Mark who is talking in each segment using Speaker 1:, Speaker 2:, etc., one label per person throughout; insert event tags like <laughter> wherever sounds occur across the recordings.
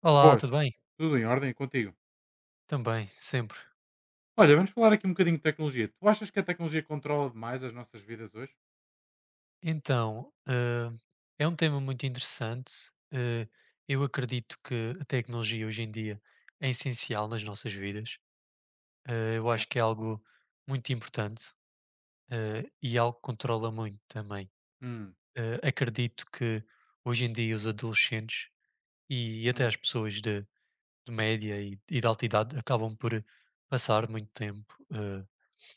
Speaker 1: Olá,
Speaker 2: Boas,
Speaker 1: tudo bem?
Speaker 2: tudo em ordem e contigo.
Speaker 1: Também, sempre.
Speaker 2: Olha, vamos falar aqui um bocadinho de tecnologia. Tu achas que a tecnologia controla demais as nossas vidas hoje?
Speaker 1: Então, é um tema muito interessante. Eu acredito que a tecnologia hoje em dia é essencial nas nossas vidas. Eu
Speaker 2: Yeah.
Speaker 1: acho que é algo muito importante, e algo que controla muito também.
Speaker 2: Hum,
Speaker 1: Acredito que hoje em dia os adolescentes e até as
Speaker 2: hum,
Speaker 1: pessoas de média e de alta idade acabam por passar muito tempo.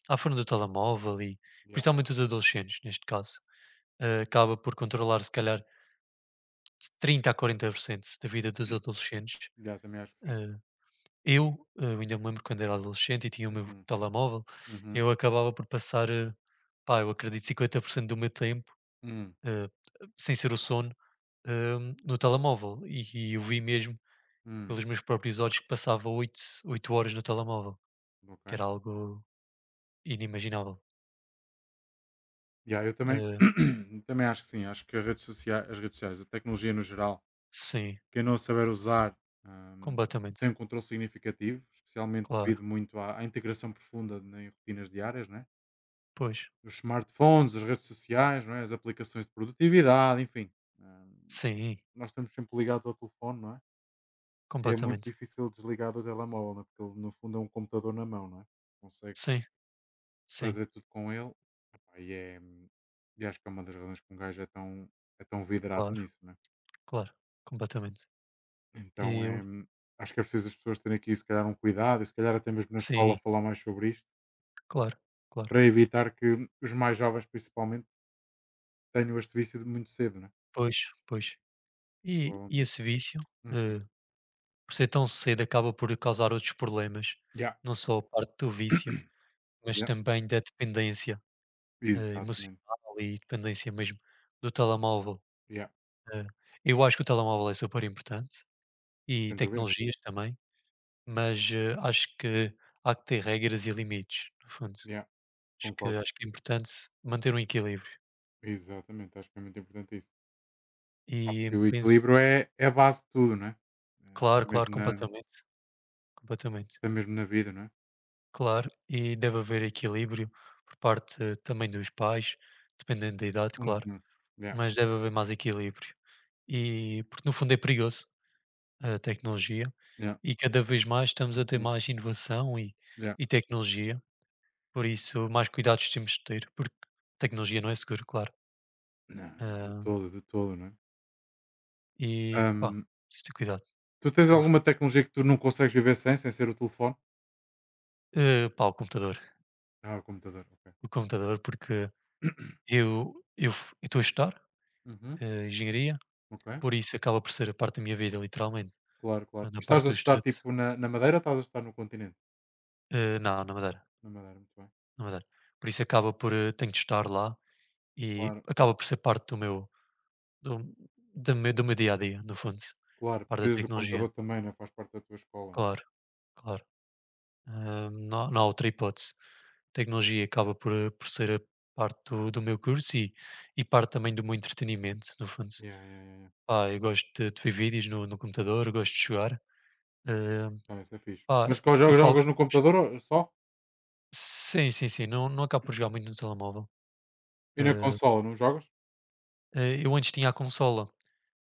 Speaker 1: À frente do telemóvel e
Speaker 2: yeah,
Speaker 1: principalmente os adolescentes, neste caso, acaba por controlar se calhar de 30 a 40% da vida dos adolescentes.
Speaker 2: yeah, também acho que sim.
Speaker 1: Eh, eu ainda me lembro quando era adolescente e tinha o meu
Speaker 2: Uhum,
Speaker 1: telemóvel,
Speaker 2: uhum,
Speaker 1: eu acabava por passar, pá, eu acredito 50% do meu tempo,
Speaker 2: hum,
Speaker 1: eh, sem ser o sono, eh, no telemóvel. E eu vi mesmo
Speaker 2: hum,
Speaker 1: pelos meus próprios olhos que passava 8 horas no telemóvel, que
Speaker 2: ok.
Speaker 1: era algo inimaginável.
Speaker 2: Yeah, eu também,
Speaker 1: Eh,
Speaker 2: <clears throat> também acho que sim. Acho que as redes sociais, a tecnologia no geral,
Speaker 1: sim,
Speaker 2: quem não saber usar, hum,
Speaker 1: completamente,
Speaker 2: tem um controle significativo, especialmente devido
Speaker 1: claro.
Speaker 2: muito à integração profunda em rotinas diárias, né?
Speaker 1: Pois.
Speaker 2: Os smartphones, as redes sociais, não é? As aplicações de produtividade, enfim. Hum,
Speaker 1: Sim,
Speaker 2: Nós estamos sempre ligados ao telefone, não é? E é muito
Speaker 1: completamente.
Speaker 2: difícil desligar do telemóvel, não é? Porque ele, no fundo, é um computador na mão, não é? Consegues
Speaker 1: Sim, sim,
Speaker 2: fazer tudo com ele. Epá, acho que é uma das razões que um gajo é tão vidrado
Speaker 1: claro,
Speaker 2: nisso, né?
Speaker 1: claro, completamente.
Speaker 2: Então,
Speaker 1: Eu
Speaker 2: é, acho que é preciso as pessoas terem aqui, se calhar, um cuidado e, se calhar, até mesmo na escola,
Speaker 1: sim,
Speaker 2: falar mais sobre isto
Speaker 1: claro, claro.
Speaker 2: para evitar que os mais jovens, principalmente, tenham este vício de muito cedo, né?
Speaker 1: Pois, pois. E
Speaker 2: Provavelmente.
Speaker 1: esse vício,
Speaker 2: Hum.
Speaker 1: eh, por ser tão cedo, acaba por causar outros problemas,
Speaker 2: Yeah.
Speaker 1: não só a parte do vício, mas
Speaker 2: Yeah.
Speaker 1: também da dependência, emocional
Speaker 2: Exatamente.
Speaker 1: e dependência mesmo do telemóvel.
Speaker 2: Yeah.
Speaker 1: Eh, eu acho que o telemóvel é super importante e
Speaker 2: Sem dúvida.
Speaker 1: tecnologias também, mas, acho que há que ter regras e limites, no fundo.
Speaker 2: Yeah.
Speaker 1: Acho que
Speaker 2: Concordo.
Speaker 1: acho que é importante manter um equilíbrio
Speaker 2: Exatamente. Acho que é muito importante isso. Ah, porque
Speaker 1: e
Speaker 2: o
Speaker 1: penso
Speaker 2: equilíbrio é a base de tudo, não é? Eh,
Speaker 1: claro,
Speaker 2: Até
Speaker 1: claro,
Speaker 2: mesmo na,
Speaker 1: completamente, completamente.
Speaker 2: até mesmo na vida, não é?
Speaker 1: Claro, e deve haver equilíbrio por parte também dos pais, dependendo da idade, claro,
Speaker 2: Uhum. Yeah,
Speaker 1: mas deve haver mais equilíbrio. E porque no fundo é perigoso a tecnologia
Speaker 2: yeah,
Speaker 1: e cada vez mais estamos a ter
Speaker 2: uhum,
Speaker 1: mais inovação e
Speaker 2: yeah.
Speaker 1: e tecnologia, por isso mais cuidados temos de ter, porque tecnologia não é seguro, claro.
Speaker 2: Não, não,
Speaker 1: Hã,
Speaker 2: de todo, não é?
Speaker 1: e pá,
Speaker 2: Ahm,
Speaker 1: preciso ter cuidado,
Speaker 2: tu tens
Speaker 1: no fundo.
Speaker 2: alguma tecnologia que tu não consegues viver sem, sem ser o telefone?
Speaker 1: Pá, o computador.
Speaker 2: Ah, o computador, ok.
Speaker 1: O computador, porque eu estou a estudar,
Speaker 2: Uhum,
Speaker 1: engenharia,
Speaker 2: ok,
Speaker 1: por isso acaba por ser a parte da minha vida, literalmente,
Speaker 2: claro, claro.
Speaker 1: na
Speaker 2: E estás
Speaker 1: parte do
Speaker 2: a estudar
Speaker 1: estudo.
Speaker 2: tipo na Madeira ou estás a estudar no continente?
Speaker 1: Não, na Madeira,
Speaker 2: Na Madeira, muito bem.
Speaker 1: na Madeira. Por isso acaba por, tenho de estar lá e
Speaker 2: Claro,
Speaker 1: acaba por ser parte do do meu dia a dia, no fundo,
Speaker 2: claro.
Speaker 1: parte da
Speaker 2: Precisas do
Speaker 1: tecnologia.
Speaker 2: computador também, né? Faz parte da tua escola.
Speaker 1: Claro, claro. Hã, não há outra hipótese. Tecnologia acaba por por ser a parte do meu curso e parte também do meu entretenimento, no fundo.
Speaker 2: Yeah, yeah, yeah. Yeah.
Speaker 1: Pá, eu gosto de ver vídeos no computador, eu gosto de jogar. Eh,
Speaker 2: Ah, isso é fixe.
Speaker 1: Pá,
Speaker 2: Mas qual
Speaker 1: eu
Speaker 2: jogos
Speaker 1: falo
Speaker 2: jogas
Speaker 1: com
Speaker 2: no
Speaker 1: amigos
Speaker 2: computador só?
Speaker 1: sim, sim, sim, não acabo por jogar
Speaker 2: <clears throat>
Speaker 1: muito no telemóvel.
Speaker 2: E na
Speaker 1: Eh,
Speaker 2: consola, não jogas?
Speaker 1: eu antes tinha a consola,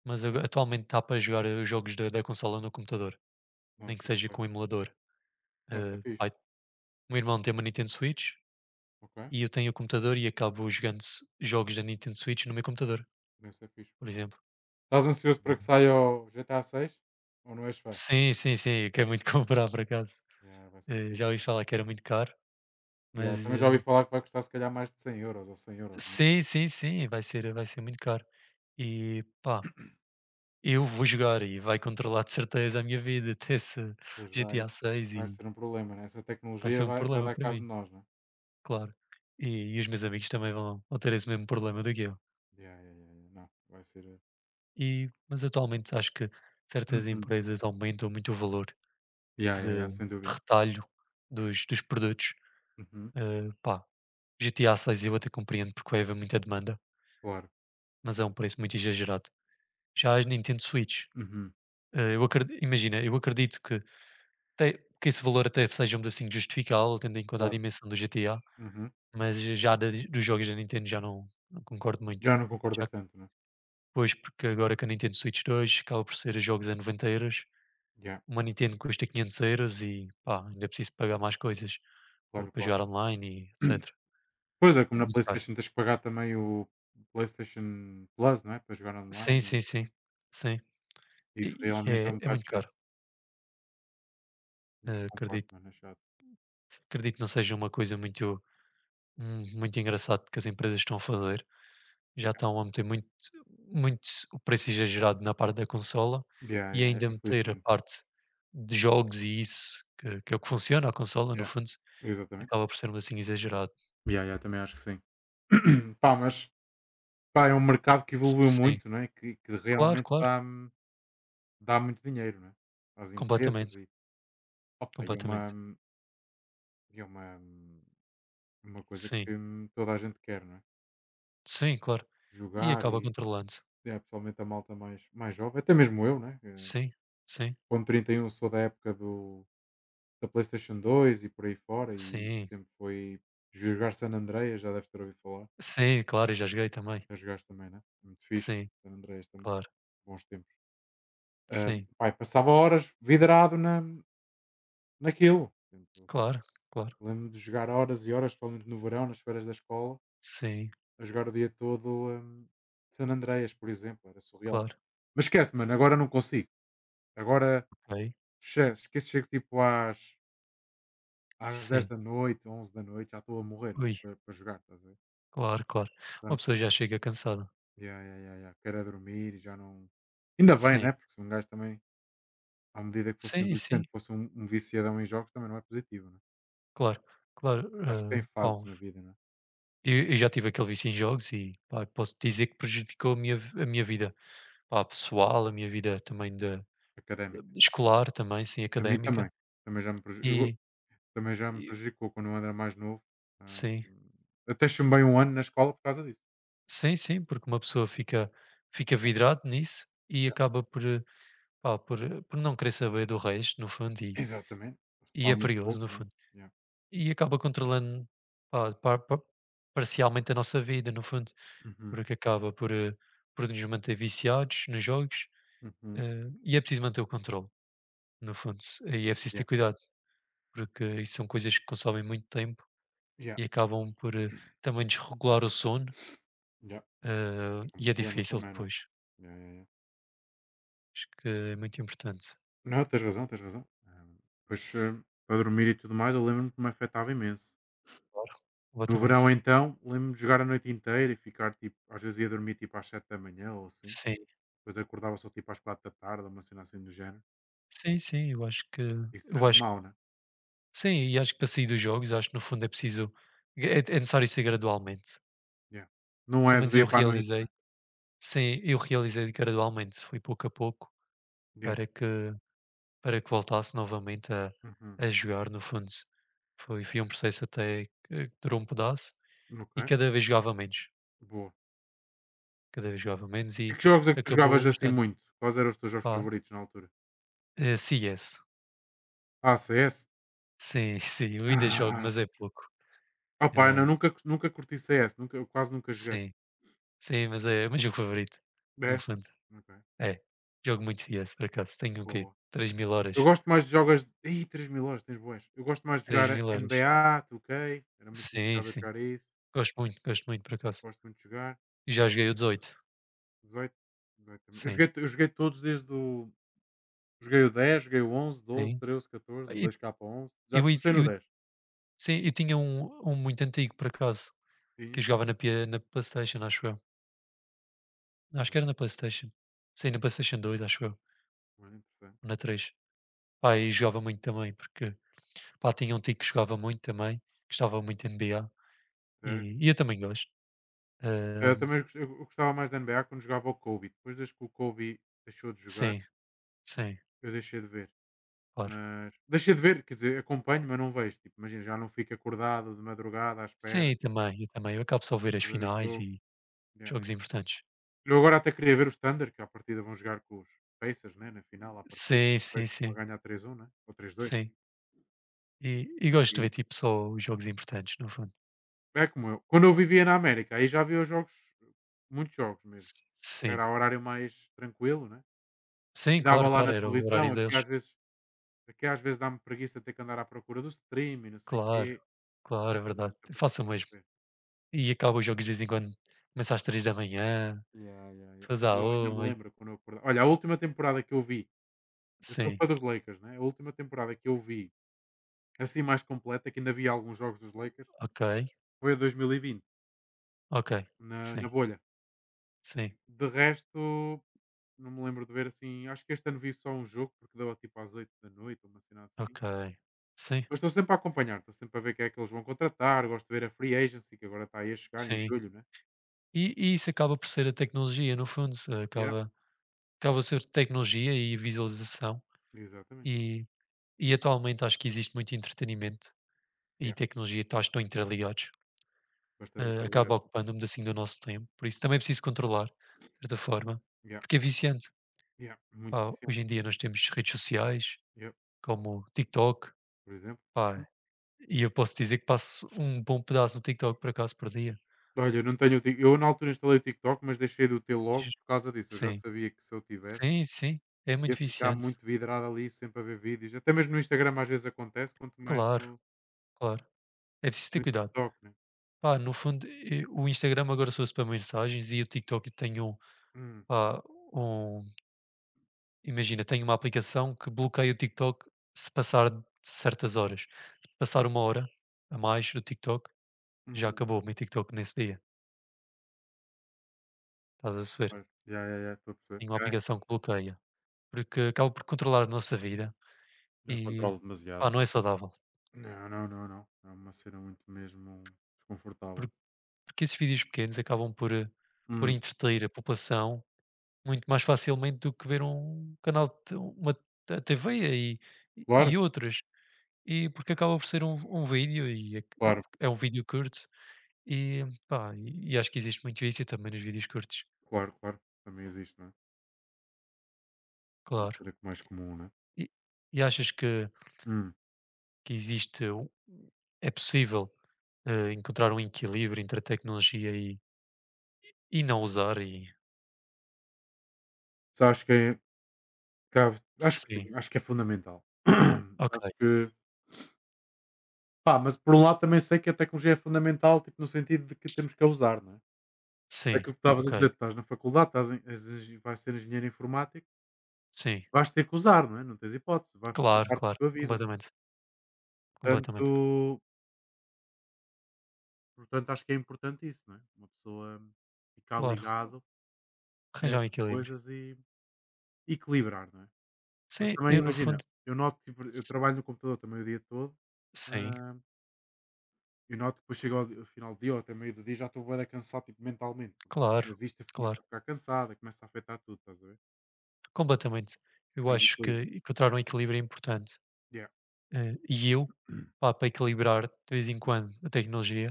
Speaker 1: mas ago atualmente está para jogar, os jogos da consola no computador, nem que
Speaker 2: Nossa,
Speaker 1: seja com
Speaker 2: porreiro.
Speaker 1: o emulador.
Speaker 2: Não, isso é fixe.
Speaker 1: Pá, o meu irmão tem uma Nintendo Switch
Speaker 2: Ok.
Speaker 1: e eu tenho o computador e acabo jogando s jogos da Nintendo Switch no meu computador,
Speaker 2: Isso é fixe.
Speaker 1: por exemplo.
Speaker 2: Estás ansioso para que saia o GTA 6? Ou não és fã?
Speaker 1: Sim, sim, sim, eu quero muito <laughs> comprar por acaso.
Speaker 2: Yeah, vai ser
Speaker 1: Já
Speaker 2: fixe,
Speaker 1: ouvi
Speaker 2: né?
Speaker 1: falar que era muito caro,
Speaker 2: Yeah,
Speaker 1: mas,
Speaker 2: também já ouvi falar que vai custar se calhar mais de 100 euros ou 100 euros, né?
Speaker 1: Sim, sim, sim, vai ser muito caro. E pá, eu vou jogar e vai controlar de certeza a minha vida <laughs> até esse
Speaker 2: Pois vai,
Speaker 1: GTA 6
Speaker 2: vai
Speaker 1: e
Speaker 2: ser um problema, né? Essa
Speaker 1: vai
Speaker 2: tecnologia
Speaker 1: ser um
Speaker 2: vai
Speaker 1: problema
Speaker 2: dar
Speaker 1: para
Speaker 2: cabo de
Speaker 1: mim,
Speaker 2: nós, né?
Speaker 1: claro. E, e os meus amigos também vão ter esse mesmo problema do que eu.
Speaker 2: Yeah, yeah, yeah, yeah. Não, vai ser.
Speaker 1: E, mas atualmente acho que certas
Speaker 2: Uhum.
Speaker 1: empresas aumentam muito o valor
Speaker 2: Yeah, yeah,
Speaker 1: de,
Speaker 2: yeah,
Speaker 1: de
Speaker 2: sem dúvida.
Speaker 1: retalho dos produtos.
Speaker 2: Uhum.
Speaker 1: Pá, GTA 6 eu até compreendo porque vai haver muita demanda,
Speaker 2: Claro.
Speaker 1: mas é um preço muito exagerado. Já as Nintendo Switch.
Speaker 2: Uhum.
Speaker 1: Eh, eu acredi Imagina, eu acredito que até que esse valor até seja um assim justificável, tendo em conta a
Speaker 2: Claro.
Speaker 1: dimensão do GTA,
Speaker 2: Uhum.
Speaker 1: mas já da dos jogos da Nintendo já não concordo muito.
Speaker 2: Já não
Speaker 1: Já
Speaker 2: concordas
Speaker 1: que
Speaker 2: tanto, né?
Speaker 1: depois, porque agora que a Nintendo Switch 2 acaba por ser jogos a 90 euros,
Speaker 2: Yeah,
Speaker 1: uma Nintendo custa 500 euros e, pá, ainda é preciso pagar mais coisas, ou
Speaker 2: claro,
Speaker 1: para
Speaker 2: claro.
Speaker 1: jogar online e etcétera.
Speaker 2: Pois é,
Speaker 1: É
Speaker 2: como na
Speaker 1: muito caro.
Speaker 2: PlayStation tens que pagar também o PlayStation Plus, não é? Para jogar
Speaker 1: Sim,
Speaker 2: online e
Speaker 1: sim, sim.
Speaker 2: assim.
Speaker 1: Sim. E
Speaker 2: Isso
Speaker 1: e
Speaker 2: realmente é
Speaker 1: é
Speaker 2: um
Speaker 1: é
Speaker 2: bocado
Speaker 1: muito
Speaker 2: chato.
Speaker 1: caro.
Speaker 2: Já
Speaker 1: Eh,
Speaker 2: concordo,
Speaker 1: acredito
Speaker 2: mano, é chato.
Speaker 1: Acredito que não seja uma coisa muito mu muito engraçado que as empresas estão a fazer. Já estão a meter muito o preço exagerado na parte da consola
Speaker 2: Yeah,
Speaker 1: e
Speaker 2: yeah, yeah,
Speaker 1: ainda meter a
Speaker 2: infelizmente.
Speaker 1: parte de jogos e isso, que é o que funciona a consola no
Speaker 2: Yeah,
Speaker 1: fundo,
Speaker 2: exatamente.
Speaker 1: acaba por ser um assim exagerado.
Speaker 2: Yeah, yeah, também acho que sim. <coughs> <clears throat> pá, mas pá, é um mercado que
Speaker 1: S
Speaker 2: evoluiu
Speaker 1: Sim,
Speaker 2: muito, não é? Que
Speaker 1: claro,
Speaker 2: realmente
Speaker 1: claro,
Speaker 2: dá muito dinheiro, não é? Às empresas
Speaker 1: completamente,
Speaker 2: e, opa, e é uma,
Speaker 1: completamente.
Speaker 2: e é uma, uma coisa
Speaker 1: Sim,
Speaker 2: que toda a gente quer, não é?
Speaker 1: sim, claro. E
Speaker 2: Jogar
Speaker 1: acaba
Speaker 2: e,
Speaker 1: controlando.
Speaker 2: é, pessoalmente a malta mais jovem, até mesmo eu, né?
Speaker 1: Sim, sim,
Speaker 2: Com 31 sou da época do da PlayStation 2 e por aí fora e
Speaker 1: sim,
Speaker 2: sempre foi jogar San Andreas, já deves ter ouvido falar.
Speaker 1: sim, claro, eu já joguei também.
Speaker 2: Já jogaste também, né? É muito fixe,
Speaker 1: Sim,
Speaker 2: San Andreas também,
Speaker 1: claro,
Speaker 2: bons tempos. Hã,
Speaker 1: sim,
Speaker 2: pá, passava horas vidrado na naquilo. Portanto,
Speaker 1: claro, claro,
Speaker 2: lembro-me de jogar horas e horas, principalmente no verão, nas férias da escola,
Speaker 1: sim,
Speaker 2: a jogar o dia todo, San Andreas, por exemplo, era surreal.
Speaker 1: claro,
Speaker 2: Mas esquece, mano, agora não consigo. Agora
Speaker 1: ok,
Speaker 2: esquece, esquece, chego tipo às dez
Speaker 1: sim,
Speaker 2: da noite, 11 da noite já estou a morrer, meu,
Speaker 1: ui.
Speaker 2: para jogar, estás a ver?
Speaker 1: Claro, claro.
Speaker 2: Já
Speaker 1: Uma
Speaker 2: não
Speaker 1: pessoa já
Speaker 2: consigo.
Speaker 1: chega cansada.
Speaker 2: Ya, ya, ya, ya. Quero é dormir e já não, ainda bem,
Speaker 1: Sim,
Speaker 2: né, porque se um gajo também, à medida que fosse
Speaker 1: sim, sim,
Speaker 2: envelhecendo, fosse um viciadão em jogos, também não é positivo, né?
Speaker 1: claro, claro.
Speaker 2: Acho que tem
Speaker 1: Pá,
Speaker 2: fases na vida, né?
Speaker 1: eu já tive aquele vício em jogos e pá, posso
Speaker 2: Hum,
Speaker 1: dizer que prejudicou a minha, a minha vida, pá, pessoal, a minha vida também de,
Speaker 2: académica.
Speaker 1: escolar, também, sim,
Speaker 2: A mim
Speaker 1: académica.
Speaker 2: também. Também já me preju eu
Speaker 1: E,
Speaker 2: também já me
Speaker 1: e
Speaker 2: prejudicou quando eu era mais novo. Ah,
Speaker 1: sim,
Speaker 2: até chumbei um ano na escola por causa disso.
Speaker 1: sim, sim, porque uma pessoa fica, fica vidrado nisso e
Speaker 2: Ya.
Speaker 1: acaba por, pá, por, por não querer saber do resto, no fundo,
Speaker 2: Exatamente.
Speaker 1: e
Speaker 2: Estudar
Speaker 1: é
Speaker 2: muito
Speaker 1: perigoso,
Speaker 2: pouco,
Speaker 1: no
Speaker 2: né?
Speaker 1: fundo.
Speaker 2: Ya.
Speaker 1: E acaba controlando, pá, par pa parcialmente a nossa vida, no fundo,
Speaker 2: Uhum,
Speaker 1: porque acaba por, por nos manter viciados nos jogos,
Speaker 2: uhum.
Speaker 1: eh, e é preciso manter o controle, no fundo, e é preciso ter
Speaker 2: Ya,
Speaker 1: cuidado, porque isso são coisas que consomem muito tempo
Speaker 2: ya,
Speaker 1: e acabam por, também desregular o sono,
Speaker 2: ya. Um
Speaker 1: e é
Speaker 2: problema
Speaker 1: difícil
Speaker 2: também, não é?
Speaker 1: depois.
Speaker 2: Ya, ya, ya.
Speaker 1: Acho que é muito importante.
Speaker 2: Não, tens razão, tens razão. Pois, para dormir e tudo mais, eu lembro-me que me afetava imenso.
Speaker 1: Claro,
Speaker 2: No
Speaker 1: completamente.
Speaker 2: verão, então, lembro-me de jogar a noite inteira e ficar, tipo, às vezes ia dormir, tipo, às 7 da manhã ou assim.
Speaker 1: Sim,
Speaker 2: Depois acordava só, tipo, às 4 da tarde, uma cena assim do género.
Speaker 1: sim, sim, eu acho que
Speaker 2: Isso
Speaker 1: eu
Speaker 2: era
Speaker 1: acho que
Speaker 2: mau, né?
Speaker 1: sim, e acho que para sair dos jogos, acho que no fundo é preciso é necessário ser gradualmente.
Speaker 2: Yeah. Não
Speaker 1: Pelo
Speaker 2: é do
Speaker 1: menos eu
Speaker 2: dia para a noite,
Speaker 1: realizei.
Speaker 2: né?
Speaker 1: Sim, eu realizei gradualmente, foi pouco a pouco,
Speaker 2: Yeah.
Speaker 1: para que para que voltasse novamente
Speaker 2: Uhum.
Speaker 1: a jogar no fundo. Foi um processo até que durou um pedaço
Speaker 2: Ok,
Speaker 1: e cada vez jogava menos,
Speaker 2: boa.
Speaker 1: cada vez jogava menos
Speaker 2: E
Speaker 1: e
Speaker 2: que jogos é que tu
Speaker 1: acabou
Speaker 2: jogavas assim
Speaker 1: estando
Speaker 2: muito? Quais eram os teus jogos
Speaker 1: pá,
Speaker 2: favoritos na altura?
Speaker 1: CS.
Speaker 2: Ah, CS?
Speaker 1: Sim, <laughs> sim, eu ainda jogo,
Speaker 2: Ah,
Speaker 1: mas é pouco.
Speaker 2: opa,
Speaker 1: Eh,
Speaker 2: não, nunca, nunca curti CS, nunca, eu quase nunca joguei.
Speaker 1: sim, sim, mas é o meu jogo favorito, no
Speaker 2: É?
Speaker 1: fundo.
Speaker 2: Ok,
Speaker 1: É, jogo muito CS por acaso, tenho o quê?
Speaker 2: boa.
Speaker 1: três mil
Speaker 2: Eu
Speaker 1: horas,
Speaker 2: gosto mais de jogas Ih, 3.000 horas, tens boas. Eu gosto mais de
Speaker 1: três
Speaker 2: jogar
Speaker 1: mil
Speaker 2: N B a
Speaker 1: horas.
Speaker 2: NBA, 2K, era muito
Speaker 1: Sim,
Speaker 2: viciado a
Speaker 1: sim.
Speaker 2: jogar isso,
Speaker 1: Gosto muito por acaso.
Speaker 2: gosto muito de jogar.
Speaker 1: E já joguei o 18.
Speaker 2: 18, 18 também. Eu
Speaker 1: Sim,
Speaker 2: joguei eu joguei todos desde o joguei o dez, joguei o onze, doze,
Speaker 1: sim.
Speaker 2: treze, catorze, o
Speaker 1: E
Speaker 2: 2 k onze, já
Speaker 1: eu e
Speaker 2: comecei no
Speaker 1: eu
Speaker 2: dez.
Speaker 1: sim, eu tinha um muito antigo por acaso, que eu
Speaker 2: Tinhas?
Speaker 1: jogava na P na PlayStation, acho eu. Acho
Speaker 2: Olha,
Speaker 1: que era na PlayStation. Sim, na PlayStation 2 acho eu,
Speaker 2: olha, interessante.
Speaker 1: ou na três. Pá, e jogava muito também, porque, pá, tinha um tio que jogava muito também, gostava muito de NBA,
Speaker 2: Era.
Speaker 1: e eu também gosto. Hã,
Speaker 2: Eu também gos eu gostava mais da NBA quando jogava o Kobe, depois desde que o Kobe deixou de jogar,
Speaker 1: sim, sim,
Speaker 2: eu deixei de ver.
Speaker 1: claro.
Speaker 2: Mas deixei de ver, quer dizer, acompanho, mas não vejo. Tipo, imagina, já não fico acordado de madrugada à
Speaker 1: Sim,
Speaker 2: espera
Speaker 1: eu também. Eu acabo só a ver as
Speaker 2: para ver o
Speaker 1: finais
Speaker 2: jogo.
Speaker 1: e
Speaker 2: Yeah.
Speaker 1: jogos importantes.
Speaker 2: Eu agora até queria ver os Thunder, que à partida vão jogar com os Pacers, né? Na final, à partida.
Speaker 1: Sim,
Speaker 2: Os
Speaker 1: sim,
Speaker 2: Pacers vão
Speaker 1: sim,
Speaker 2: ganhar 3-1, né? Ou 3-2.
Speaker 1: sim. E gosto
Speaker 2: E
Speaker 1: de ver, tipo, só os jogos importantes, no fundo.
Speaker 2: é como eu. Quando eu vivia na América, aí já havia os jogos, muitos jogos mesmo.
Speaker 1: S Sim.
Speaker 2: Era horário mais tranquilo, né?
Speaker 1: Sim,
Speaker 2: E
Speaker 1: claro,
Speaker 2: dava lá
Speaker 1: claro,
Speaker 2: na
Speaker 1: era o horário
Speaker 2: televisão,
Speaker 1: deles.
Speaker 2: aqui às vezes dá-me preguiça ter que andar à procura do stream e não sei o
Speaker 1: Claro,
Speaker 2: quê.
Speaker 1: claro, é
Speaker 2: Tenho
Speaker 1: verdade.
Speaker 2: tempo
Speaker 1: Eu
Speaker 2: para
Speaker 1: faço o mesmo.
Speaker 2: ver.
Speaker 1: E acabo os jogos de vez em quando. Começa às 15h,
Speaker 2: Ya,
Speaker 1: depois
Speaker 2: ya, ya.
Speaker 1: à
Speaker 2: Eu ainda me
Speaker 1: 13 e
Speaker 2: lembro quando eu acordava. Olha, a última temporada que eu vi, eu sou
Speaker 1: sim,
Speaker 2: fã dos Lakers, né? A última temporada que eu vi, assim mais completa, que ainda vi alguns jogos dos Lakers,
Speaker 1: ok,
Speaker 2: foi a 2020
Speaker 1: ok.
Speaker 2: na,
Speaker 1: Sim,
Speaker 2: na bolha.
Speaker 1: sim,
Speaker 2: De resto, não me lembro de ver assim. Acho que este ano vi só um jogo, porque deu tipo às 8 da noite, uma cena assim.
Speaker 1: ok. Sim,
Speaker 2: Mas estou sempre a acompanhar, estou sempre a ver quem é que eles vão contratar. Gosto de ver a Free Agency, que agora está aí a chegar em
Speaker 1: sim.
Speaker 2: julho, né?
Speaker 1: E isso acaba por ser a tecnologia, no fundo, se
Speaker 2: Yeah.
Speaker 1: acaba acaba a ser tecnologia e visualização.
Speaker 2: Exatamente.
Speaker 1: E e atualmente acho que existe muito entretenimento e
Speaker 2: Yeah.
Speaker 1: tecnologia, estás tão interligados.
Speaker 2: Bastante interligado.
Speaker 1: Acaba ocupando um pedacinho do nosso tempo. Por isso também é preciso controlar, de certa forma,
Speaker 2: Yeah.
Speaker 1: porque é viciante.
Speaker 2: Yeah. Muito
Speaker 1: Pá,
Speaker 2: eficiente.
Speaker 1: hoje em dia nós temos redes sociais
Speaker 2: Yeah.
Speaker 1: como o TikTok,
Speaker 2: Por exemplo. Uhum.
Speaker 1: pá, e eu posso dizer que passo um bom pedaço do TikTok por acaso por dia.
Speaker 2: Olha, eu não tenho o Tik eu na altura instalei o TikTok, mas deixei de o ter logo por causa disso. Eu já
Speaker 1: Sim,
Speaker 2: sabia que se eu tivesse,
Speaker 1: sim, sim, é muito
Speaker 2: ia ficar
Speaker 1: viciante.
Speaker 2: muito vidrado ali, sempre a ver vídeos. Até mesmo no Instagram às vezes acontece, quanto mais
Speaker 1: Claro,
Speaker 2: no
Speaker 1: claro. É preciso ter
Speaker 2: no
Speaker 1: cuidado.
Speaker 2: TikTok, né?
Speaker 1: Pá, no fundo, o Instagram agora sou para mensagens e o TikTok eu tenho,
Speaker 2: Hum,
Speaker 1: pá, um. Imagina, tenho uma aplicação que bloqueia o TikTok se passar de certas horas. Se passar uma hora a mais do TikTok, já
Speaker 2: uhum,
Speaker 1: acabou o meu TikTok nesse dia, estás a saber?
Speaker 2: pois. Ya, ya, ya, estou a perceber.
Speaker 1: Tenho uma
Speaker 2: Já,
Speaker 1: aplicação que bloqueia, porque acaba por controlar a nossa vida
Speaker 2: já
Speaker 1: e,
Speaker 2: controlo demasiado.
Speaker 1: pá, não é saudável.
Speaker 2: Não, não, não, não. É uma cena muito mesmo
Speaker 1: Por
Speaker 2: desconfortável.
Speaker 1: Porque esses vídeos pequenos acabam por, por
Speaker 2: Hum,
Speaker 1: entreter a população muito mais facilmente do que ver um canal de uma a TV e e
Speaker 2: claro,
Speaker 1: e outras. E porque acaba por ser um vídeo e
Speaker 2: claro,
Speaker 1: é um vídeo curto. E, pá, e acho que existe muito isso e também nos vídeos curtos,
Speaker 2: claro, claro. Também existe, não é? Uma
Speaker 1: claro.
Speaker 2: cena que é mais comum, não é?
Speaker 1: E e achas que
Speaker 2: Hum.
Speaker 1: que existe um, é possível, encontrar um equilíbrio entre a tecnologia e não usar e
Speaker 2: Mas acho que é, acho que sim,
Speaker 1: sim,
Speaker 2: acho que é fundamental. <coughs> <clears throat>
Speaker 1: ok,
Speaker 2: acho que Pá, mas por um lado também sei que a tecnologia é fundamental, tipo, no sentido de que temos que a usar, não é? É
Speaker 1: sim,
Speaker 2: aquilo que, sim, estavas a
Speaker 1: ok,
Speaker 2: dizer, tu estás na faculdade, estás em és engi vais ser engenheiro informático,
Speaker 1: sim,
Speaker 2: vais ter que usar, não é? Não tens hipótese, vai fazer
Speaker 1: claro,
Speaker 2: parte da
Speaker 1: claro,
Speaker 2: tua vida, não é?
Speaker 1: completamente,
Speaker 2: Portanto,
Speaker 1: completamente,
Speaker 2: acho que é importante isso, não é? Uma pessoa ficar
Speaker 1: claro,
Speaker 2: ligado a
Speaker 1: arranjar
Speaker 2: essas
Speaker 1: um equilíbrio.
Speaker 2: coisas e equilibrar, não é? Mas
Speaker 1: Sim,
Speaker 2: também
Speaker 1: eu no
Speaker 2: imagina,
Speaker 1: fundo,
Speaker 2: eu noto que, por eu
Speaker 1: s
Speaker 2: trabalho no computador também o dia todo,
Speaker 1: sim,
Speaker 2: ah, eu noto que depois chego ao final do dia ou até meio do dia já estou bué da cansado, tipo, mentalmente,
Speaker 1: claro,
Speaker 2: porque a vista
Speaker 1: claro,
Speaker 2: começa a ficar cansada, começa a afetar tudo, estás a ver?
Speaker 1: completamente. Eu
Speaker 2: É o
Speaker 1: acho que
Speaker 2: equilíbrio.
Speaker 1: encontrar um equilíbrio é importante.
Speaker 2: Yeah.
Speaker 1: E eu,
Speaker 2: <clears throat>
Speaker 1: pá, para equilibrar de vez em quando a tecnologia,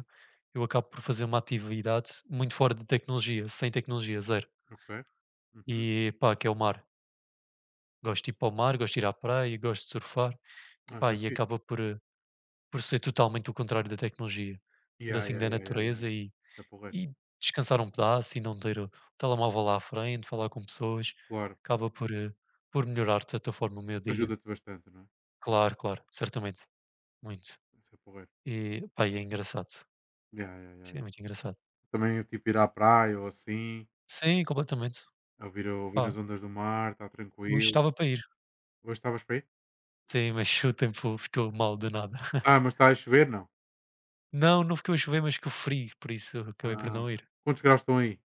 Speaker 1: eu acabo por fazer uma atividade muito fora de tecnologia, sem tecnologia, zero.
Speaker 2: Ok. Uhum.
Speaker 1: E pá, que é o mar. Gosto de ir para o mar, gosto de ir à praia, gosto de surfar. E,
Speaker 2: Ah,
Speaker 1: pá,
Speaker 2: isso é
Speaker 1: e
Speaker 2: fixe.
Speaker 1: acaba por, por ser totalmente o contrário da tecnologia. Mundo
Speaker 2: Yeah,
Speaker 1: assim,
Speaker 2: yeah,
Speaker 1: da
Speaker 2: yeah, yeah, yeah, yeah.
Speaker 1: natureza
Speaker 2: Isso é porreiro.
Speaker 1: e descansar um pedaço e não ter o telemóvel lá à frente, falar com pessoas.
Speaker 2: Claro.
Speaker 1: Acaba por, por melhorar de certa forma o meu dia.
Speaker 2: Ajuda-te bastante, não é?
Speaker 1: Claro, claro, certamente, muito.
Speaker 2: Isso é porreiro.
Speaker 1: E pá, e é engraçado.
Speaker 2: Yeah, yeah, yeah,
Speaker 1: Sim, é
Speaker 2: yeah.
Speaker 1: muito engraçado.
Speaker 2: Também, tipo, ir à praia ou assim,
Speaker 1: Sim, completamente.
Speaker 2: a ouvir
Speaker 1: Pá,
Speaker 2: as ondas do mar, está
Speaker 1: eu
Speaker 2: tranquilo.
Speaker 1: estava para ir.
Speaker 2: Hoje estavas para aí?
Speaker 1: Sim, mas <laughs> o tempo ficou mal do nada. <laughs>
Speaker 2: Ah, mas está a chover? Não.
Speaker 1: Não, não ficou a chover, mas ficou frio, por isso eu acabei por
Speaker 2: Ah, ok.
Speaker 1: não ir.
Speaker 2: Quantos graus estão aí?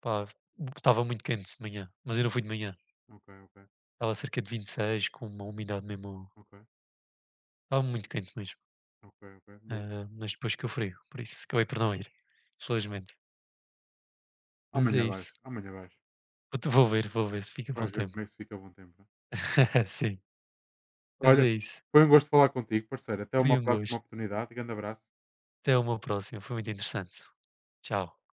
Speaker 1: Pá, estava muito quente de manhã, mas eu não fui de manhã.
Speaker 2: Ok, ok,
Speaker 1: Estava cerca de 26, com uma umidade mesmo.
Speaker 2: ok,
Speaker 1: Estava muito quente mesmo.
Speaker 2: ok, ok. Boa.
Speaker 1: Mas depois ficou frio, por isso acabei por não ir, felizmente. Mas é
Speaker 2: Amanhã vais,
Speaker 1: isso.
Speaker 2: amanhã vais.
Speaker 1: Vou ver, vou ver se fica bom
Speaker 2: Vamos ver
Speaker 1: tempo.
Speaker 2: como é que se fica a bom tempo, não é?
Speaker 1: <laughs> Sim, mas
Speaker 2: Olha,
Speaker 1: é isso.
Speaker 2: foi um gosto falar contigo, parceiro. Até
Speaker 1: Foi
Speaker 2: uma
Speaker 1: um
Speaker 2: próxima
Speaker 1: gosto.
Speaker 2: oportunidade. Grande abraço.
Speaker 1: Até uma próxima, foi muito interessante. Tchau.